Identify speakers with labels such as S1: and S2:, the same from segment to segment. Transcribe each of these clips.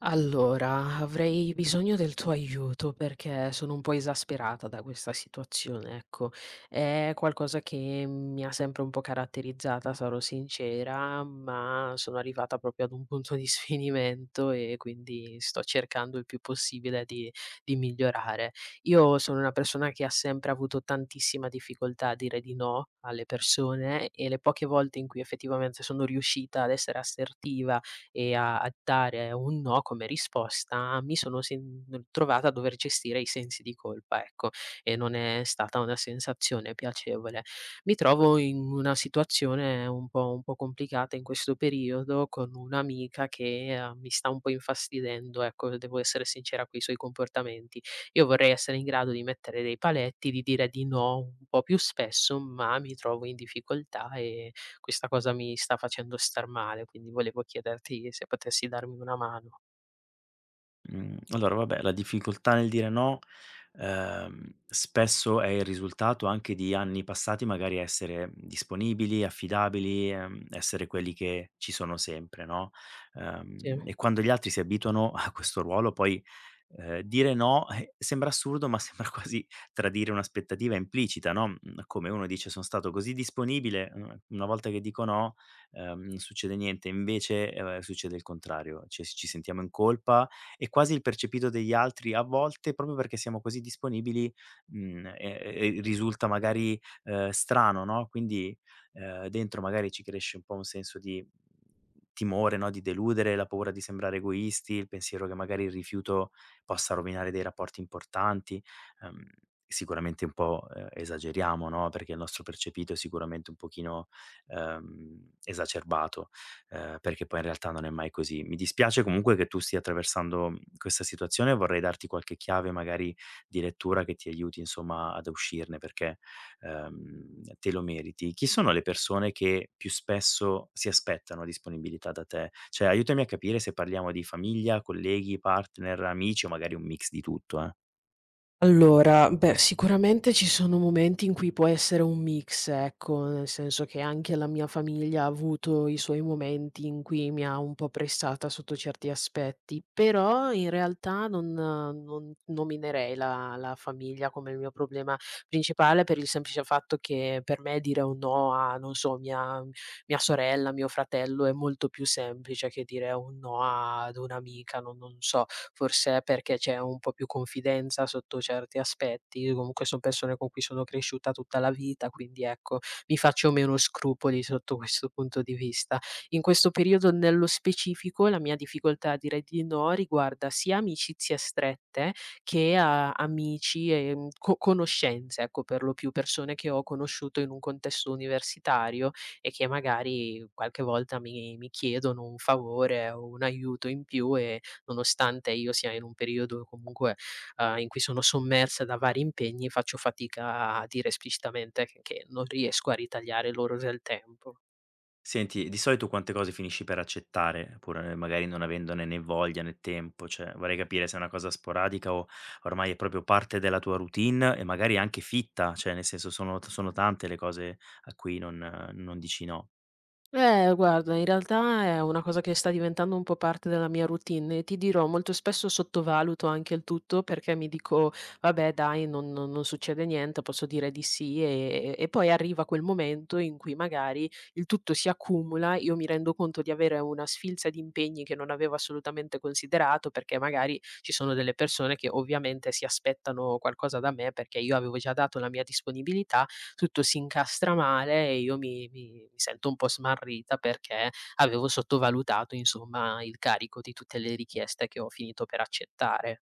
S1: Allora, avrei bisogno del tuo aiuto perché sono un po' esasperata da questa situazione, ecco. È qualcosa che mi ha sempre un po' caratterizzata, sarò sincera, ma sono arrivata proprio ad un punto di sfinimento e quindi sto cercando il più possibile di migliorare. Io sono una persona che ha sempre avuto tantissima difficoltà a dire di no alle persone e le poche volte in cui effettivamente sono riuscita ad essere assertiva e a dare un no come risposta, mi sono sen trovata a dover gestire i sensi di colpa, ecco, e non è stata una sensazione piacevole. Mi trovo in una situazione un po' complicata in questo periodo con un'amica che, mi sta un po' infastidendo, ecco, devo essere sincera coi suoi comportamenti. Io vorrei essere in grado di mettere dei paletti, di dire di no un po' più spesso, ma mi trovo in difficoltà e questa cosa mi sta facendo star male, quindi volevo chiederti se potessi darmi una mano.
S2: Mhmm, allora vabbè, la difficoltà nel dire no, spesso è il risultato anche di anni passati magari a essere disponibili, affidabili, essere quelli che ci sono sempre, no,
S1: Sì.
S2: e quando gli altri si abituano a questo ruolo poi, dire no, sembra assurdo, ma sembra quasi tradire un'aspettativa implicita, no, mhmm, come uno dice: "Son stato così disponibile, una volta che dico no, non succede niente." Invece, succede il contrario, ci sentiamo in colpa e quasi il percepito degli altri a volte, proprio perché siamo così disponibili, mhmm, e risulta magari, strano, no, quindi, dentro magari ci cresce un po' un senso di timore, no, di deludere, la paura di sembrare egoisti, il pensiero che magari il rifiuto possa rovinare dei rapporti importanti. Ehm, sicuramente un po', esageriamo, no, perché il nostro percepito è sicuramente un pochino, esacerbato perché poi in realtà non è mai così. Mi dispiace comunque che tu stia attraversando, mhmm, questa situazione e vorrei darti qualche chiave magari di lettura che ti aiuti insomma ad uscirne perché, te lo meriti. Chi sono le persone che più spesso si aspettano disponibilità da te? Cioè aiutami a capire se parliamo di famiglia, colleghi, partner, amici o magari un mix di tutto, eh.
S1: Allora, beh, sicuramente ci sono momenti in cui può essere un mix, ecco, nel senso che anche la mia famiglia ha avuto i suoi momenti in cui mi ha un po' pressata sotto certi aspetti, però in realtà non nominerei la famiglia come il mio problema principale per il semplice fatto che per me dire un no a, non so, mia sorella, mio fratello, è molto più semplice che dire un no ad un'amica, non so, forse è perché c'è un po' più confidenza sotto certi aspetti, comunque son persone con cui sono cresciuta tutta la vita, quindi ecco, mi faccio meno scrupoli sotto questo punto di vista. In questo periodo nello specifico la mia difficoltà a dire di no riguarda sia amicizie strette che a amici, co conoscenze, ecco, per lo più persone che ho conosciuto in un contesto universitario e che magari qualche volta mi chiedono un favore o un aiuto in più e nonostante io sia in un periodo comunque, in cui sono sommersa da vari impegni, faccio fatica a dire esplicitamente che non riesco a ritagliare loro del tempo.
S2: Senti, di solito quante cose finisci per accettare, pur, magari non avendone né voglia né tempo? Cioè, vorrei capire se è una cosa sporadica o ormai è proprio parte della tua routine e magari anche fitta, cioè nel senso sono tante le cose a cui non non dici no.
S1: Guarda, in realtà è una cosa che sta diventando un po' parte della mia routine e ti dirò, molto spesso sottovaluto anche il tutto perché mi dico, vabbè, dai, non succede niente, posso dire di sì e poi arriva quel momento in cui magari il tutto si accumula, io mi rendo conto di avere una sfilza di impegni che non avevo assolutamente considerato perché magari ci sono delle persone che ovviamente si aspettano qualcosa da me perché io avevo già dato la mia disponibilità, tutto si incastra male e io mi sento un po' smarrita perché avevo sottovalutato, insomma, il carico di tutte le richieste che ho finito per accettare.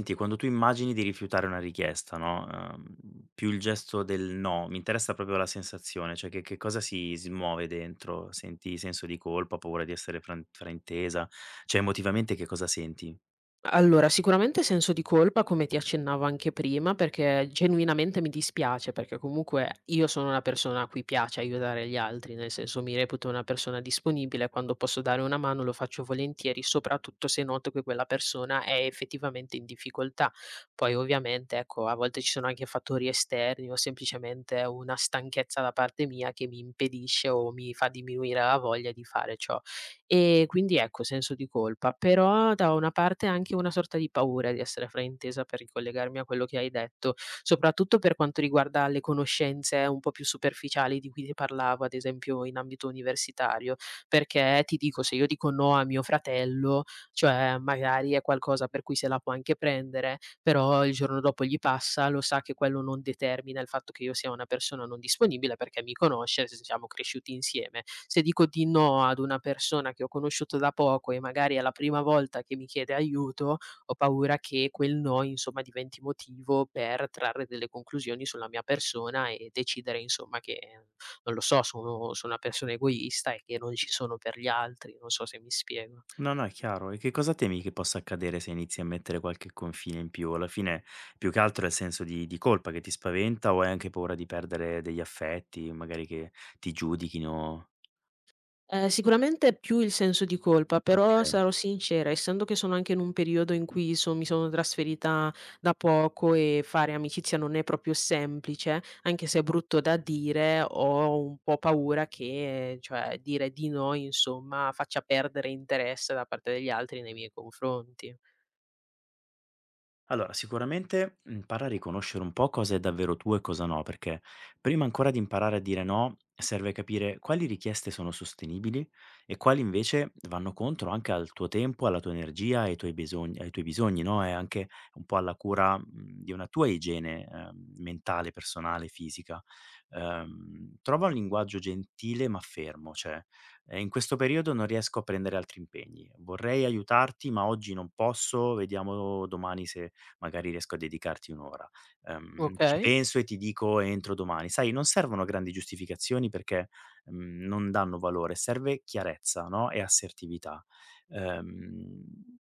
S2: Senti, quando tu immagini di rifiutare una richiesta, no, più il gesto del no, mi interessa proprio la sensazione, cioè che cosa si smuove dentro? Senti senso di colpa, paura di essere fran fraintesa? Cioè emotivamente che cosa senti?
S1: Allora, sicuramente senso di colpa, come ti accennavo anche prima, perché genuinamente mi dispiace, perché comunque io sono una persona a cui piace aiutare gli altri, nel senso mi reputo una persona disponibile, quando posso dare una mano lo faccio volentieri, soprattutto se noto che quella persona è effettivamente in difficoltà. Poi ovviamente, ecco, a volte ci sono anche fattori esterni o semplicemente una stanchezza da parte mia che mi impedisce o mi fa diminuire la voglia di fare ciò. E quindi ecco, senso di colpa, però da una parte anche una sorta di paura di essere fraintesa per ricollegarmi a quello che hai detto, soprattutto per quanto riguarda le conoscenze un po' più superficiali di cui ti parlavo, ad esempio in ambito universitario, perché ti dico, se io dico no a mio fratello, cioè magari è qualcosa per cui se la può anche prendere, però il giorno dopo gli passa, lo sa che quello non determina il fatto che io sia una persona non disponibile perché mi conosce, s siamo cresciuti insieme. Se dico di no ad una persona che ho conosciuto da poco e magari è la prima volta che mi chiede aiuto, ho paura che quel no, insomma, diventi motivo per trarre delle conclusioni sulla mia persona e decidere, insomma, che non lo so, sono una persona egoista e che non ci sono per gli altri, non so se mi spiego.
S2: No, no, è chiaro. E che cosa temi che possa accadere se inizi a mettere qualche confine in più? Alla fine, più che altro è il senso di colpa che ti spaventa o hai anche paura di perdere degli affetti, magari che ti giudichino?
S1: Sicuramente più il senso di colpa, però
S2: Ok.
S1: sarò sincera, essendo che sono anche in un periodo in cui mi sono trasferita da poco e fare amicizia non è proprio semplice, anche se è brutto da dire, ho un po' paura che, cioè, dire di no, insomma, faccia perdere interesse da parte degli altri nei miei confronti.
S2: Allora, sicuramente impara a riconoscere un po' cosa è davvero tuo e cosa no, perché prima ancora di imparare a dire no, serve capire quali richieste sono sostenibili e quali invece vanno contro anche al tuo tempo, alla tua energia, ai tuoi bisogni, no? E anche un po' alla cura di una tua igiene mentale, personale, fisica. Trova un linguaggio gentile ma fermo, cioè in questo periodo non riesco a prendere altri impegni, vorrei aiutarti ma oggi non posso, vediamo domani se magari riesco a dedicarti 1 ora. Ci
S1: Okay,
S2: penso e ti dico entro domani. Sai, non servono grandi giustificazioni perché, mhmm, non danno valore, serve chiarezza, no, e assertività. Ehm,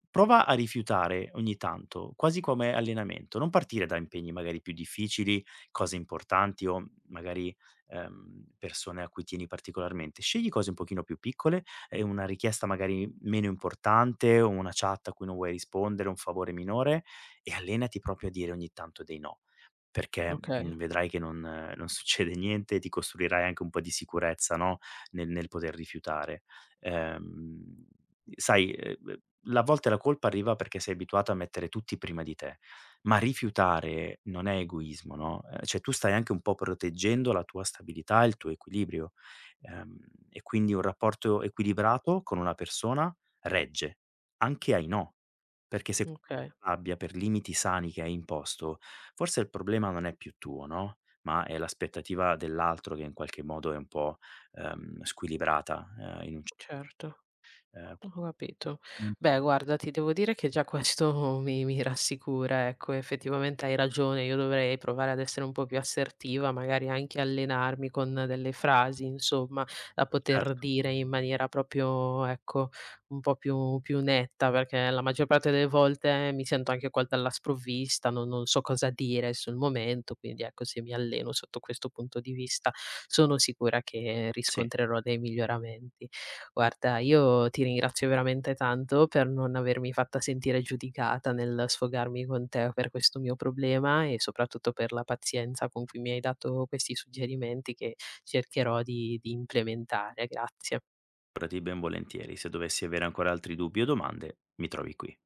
S2: prova a rifiutare ogni tanto, quasi come allenamento, non partire da impegni magari più difficili, cose importanti o magari, persone a cui tieni particolarmente. Scegli cose un pochino più piccole e una richiesta magari meno importante o una chat a cui non vuoi rispondere, un favore minore e allenati proprio a dire ogni tanto dei no, perché,
S1: okay,
S2: mhmm, vedrai che non non succede niente, ti costruirai anche un po' di sicurezza, no, nel poter rifiutare. Ehm, sai, la a volte la colpa arriva perché sei abituato a mettere tutti prima di te, ma rifiutare non è egoismo, no, cioè tu stai anche un po' proteggendo la tua stabilità e il tuo equilibrio. Ehm, e quindi un rapporto equilibrato con una persona regge, anche ai no, perché se
S1: okay,
S2: Rabbia per limiti sani che hai imposto, forse il problema non è più tuo, no, ma è l'aspettativa dell'altro che in qualche modo è un po', squilibrata, in un c
S1: certo.
S2: ehm,
S1: Ho capito.
S2: mh,
S1: Beh, guarda, ti devo dire che già questo mi rassicura, ecco, effettivamente hai ragione, io dovrei provare ad essere un po' più assertiva, magari anche allenarmi con delle frasi, insomma, da poter
S2: certo,
S1: dire in maniera proprio, ecco, più netta, perché la maggior parte delle volte mi sento anche colta alla sprovvista, non so cosa dire sul momento, quindi ecco, se mi alleno sotto questo punto di vista, sono sicura che
S2: sì,
S1: riscontrerò dei miglioramenti. Guarda, io ti ringrazio veramente tanto per non avermi fatta sentire giudicata nel sfogarmi con te per questo mio problema e soprattutto per la pazienza con cui mi hai dato questi suggerimenti che cercherò di implementare. Grazie.
S2: figurati ben volentieri. Se dovessi avere ancora altri dubbi o domande, mi trovi qui.